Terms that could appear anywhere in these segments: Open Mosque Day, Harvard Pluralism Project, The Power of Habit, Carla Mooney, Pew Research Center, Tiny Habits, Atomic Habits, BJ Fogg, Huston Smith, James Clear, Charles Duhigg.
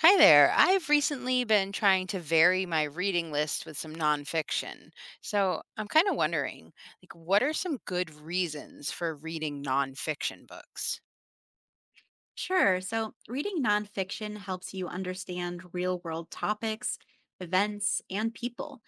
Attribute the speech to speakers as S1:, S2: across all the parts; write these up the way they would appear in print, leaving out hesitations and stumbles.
S1: Hi there. I've recently been trying to vary my reading list with some nonfiction. So I'm kind of wondering, like, what are some good reasons for reading nonfiction books?
S2: Sure. So, reading nonfiction helps you understand real world topics, events, and people.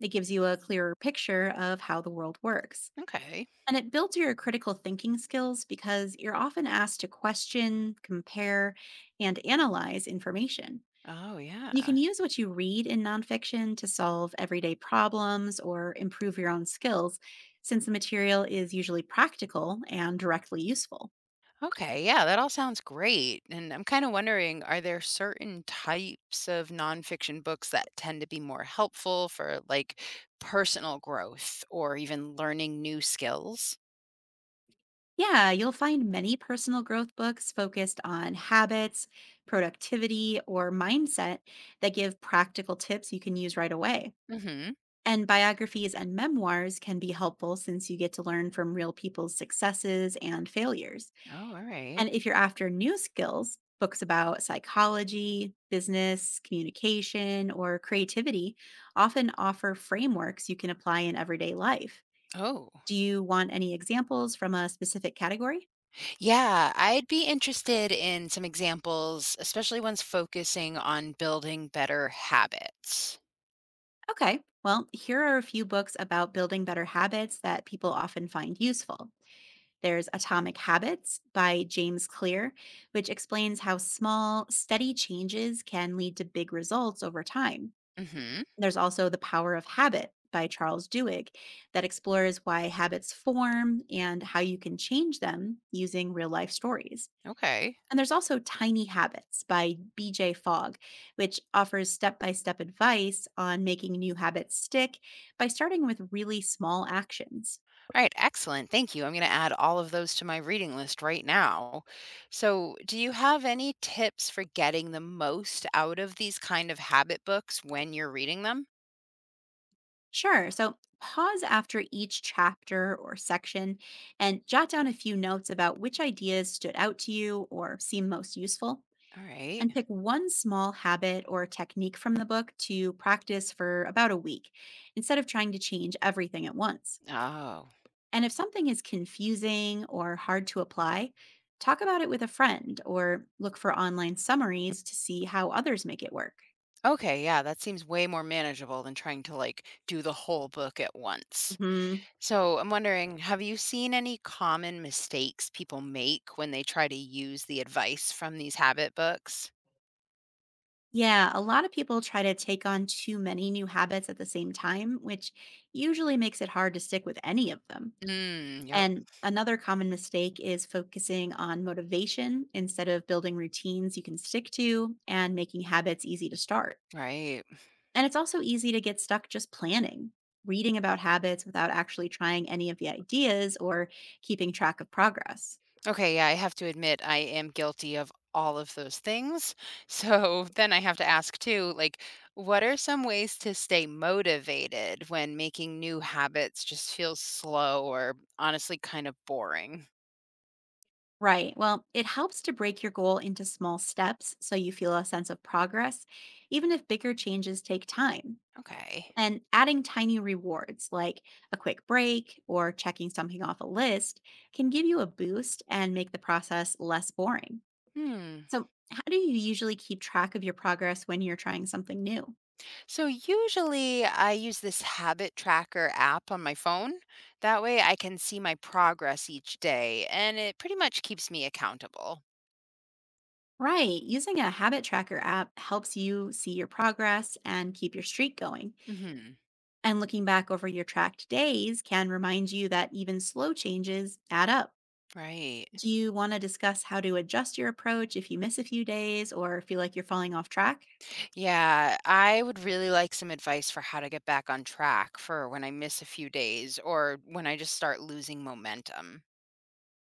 S2: It gives you a clearer picture of how the world works.
S1: Okay.
S2: And it builds your critical thinking skills because you're often asked to question, compare, and analyze information.
S1: Oh,
S2: You can
S1: yeah.
S2: use what you read in nonfiction to solve everyday problems or improve your own skills, since the material is usually practical and directly useful.
S1: Okay, yeah, that all sounds great. And I'm kind of wondering, are there certain types of nonfiction books that tend to be more helpful for like personal growth or even learning new skills?
S2: Yeah, you'll find many personal growth books focused on habits, productivity, or mindset that give practical tips you can use right away.
S1: Mm hmm.
S2: And biographies and memoirs can be helpful since you get to learn from real people's successes and failures.
S1: Oh, all right.
S2: And if you're after new skills, books about psychology, business, communication, or creativity often offer frameworks you can apply in everyday life.
S1: Oh.
S2: Do you want any examples from a specific category?
S1: Yeah, I'd be interested in some examples, especially ones focusing on building better habits.
S2: Okay, well, here are a few books about building better habits that people often find useful. There's Atomic Habits by James Clear, which explains how small, steady changes can lead to big results over time.
S1: Mhm.
S2: There's also The Power of Habit by Charles Duhigg that explores why habits form and how you can change them using real life stories.
S1: Okay.
S2: And there's also Tiny Habits by BJ Fogg, which offers step by step advice on making new habits stick by starting with really small actions.
S1: All right, excellent. Thank you. I'm going to add all of those to my reading list right now. So, do you have any tips for getting the most out of these kind of habit books when you're reading them?
S2: Sure, so pause after each chapter or section and jot down a few notes about which ideas stood out to you or seem most useful.
S1: All right.
S2: And pick one small habit or technique from the book to practice for about a week instead of trying to change everything at once.
S1: Oh.
S2: And if something is confusing or hard to apply, talk about it with a friend or look for online summaries to see how others make it work.
S1: Okay, yeah, that seems way more manageable than trying to do the whole book at once.
S2: Hmm.
S1: So I'm wondering, have you seen any common mistakes people make when they try to use the advice from these habit books?
S2: Yeah, a lot of people try to take on too many new habits at the same time, which usually makes it hard to stick with any of them.
S1: Mm, yep,
S2: And another common mistake is focusing on motivation instead of building routines you can stick to and making habits easy to start.
S1: right.
S2: And it's also easy to get stuck just planning, reading about habits without actually trying any of the ideas or keeping track of progress.
S1: Okay, yeah, I have to admit I am guilty of all of those things. So then I have to ask too, like, what are some ways to stay motivated when making new habits just feels slow or honestly kind of boring?
S2: Right. Well, it helps to break your goal into small steps so you feel a sense of progress, even if bigger changes take time.
S1: Okay.
S2: And adding tiny rewards like a quick break or checking something off a list can give you a boost and make the process less boring.
S1: Hmm.
S2: So, how do you usually keep track of your progress when you're trying something new?
S1: So usually I use this habit tracker app on my phone. That way I can see my progress each day and it pretty much keeps me accountable.
S2: Right. Using a habit tracker app helps you see your progress and keep your streak going.
S1: Mhm.
S2: And looking back over your tracked days can remind you that even slow changes add up.
S1: Right.
S2: Do you want to discuss how to adjust your approach if you miss a few days or feel like you're falling off track?
S1: Yeah, I would really like some advice for how to get back on track for when I miss a few days or when I just start losing momentum.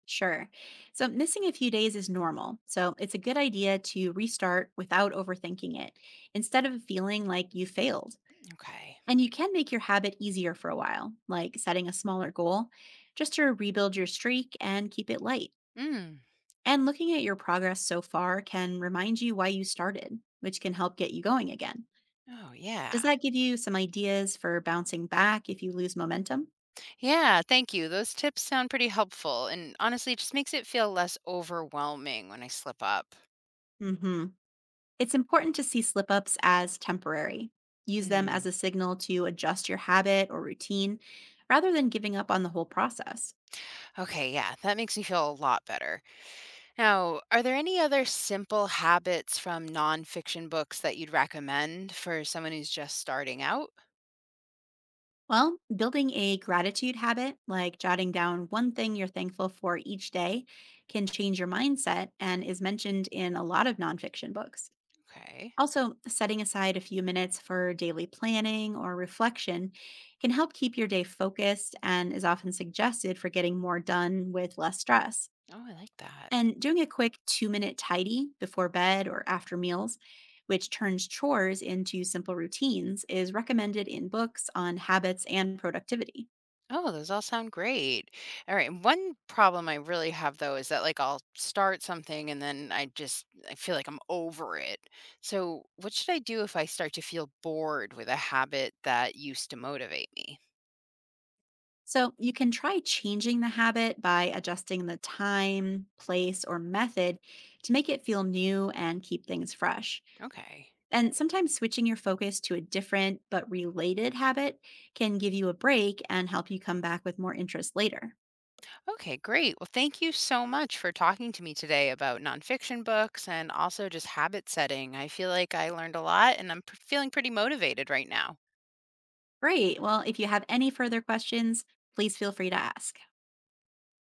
S2: Sure. So, missing a few days is normal. So, it's a good idea to restart without overthinking it instead of feeling like you failed.
S1: Okay.
S2: And you can make your habit easier for a while, like setting a smaller goal just to rebuild your streak and keep it light.
S1: Mm.
S2: And looking at your progress so far can remind you why you started, which can help get you going again.
S1: Oh,
S2: Does
S1: yeah.
S2: that give you some ideas for bouncing back if you lose momentum?
S1: Yeah, thank you. Those tips sound pretty helpful and honestly it just makes it feel less overwhelming when I slip up.
S2: Hmm. It's important to see slip ups as temporary. Use them
S1: Mm.
S2: as a signal to adjust your habit or routine rather than giving up on the whole process.
S1: Okay, yeah, that makes me feel a lot better. Now, are there any other simple habits from nonfiction books that you'd recommend for someone who's just starting out?
S2: Well, building a gratitude habit, like jotting down one thing you're thankful for each day, can change your mindset and is mentioned in a lot of nonfiction books.
S1: Okay.
S2: Also, setting aside a few minutes for daily planning or reflection can help keep your day focused and is often suggested for getting more done with less stress.
S1: Oh, I like that.
S2: And doing a quick 2 minute tidy before bed or after meals, which turns chores into simple routines, is recommended in books on habits and productivity.
S1: Oh, those all sound great. All right. And one problem I really have though is that I'll start something and then I feel like I'm over it. So, what should I do if I start to feel bored with a habit that used to motivate me?
S2: So you can try changing the habit by adjusting the time, place, or method to make it feel new and keep things fresh.
S1: Okay.
S2: And sometimes switching your focus to a different but related habit can give you a break and help you come back with more interest later.
S1: Okay, great. Well, thank you so much for talking to me today about nonfiction books and also just habit setting. I feel like I learned a lot and feeling pretty motivated right now.
S2: Great. Well, if you have any further questions, please feel free to ask.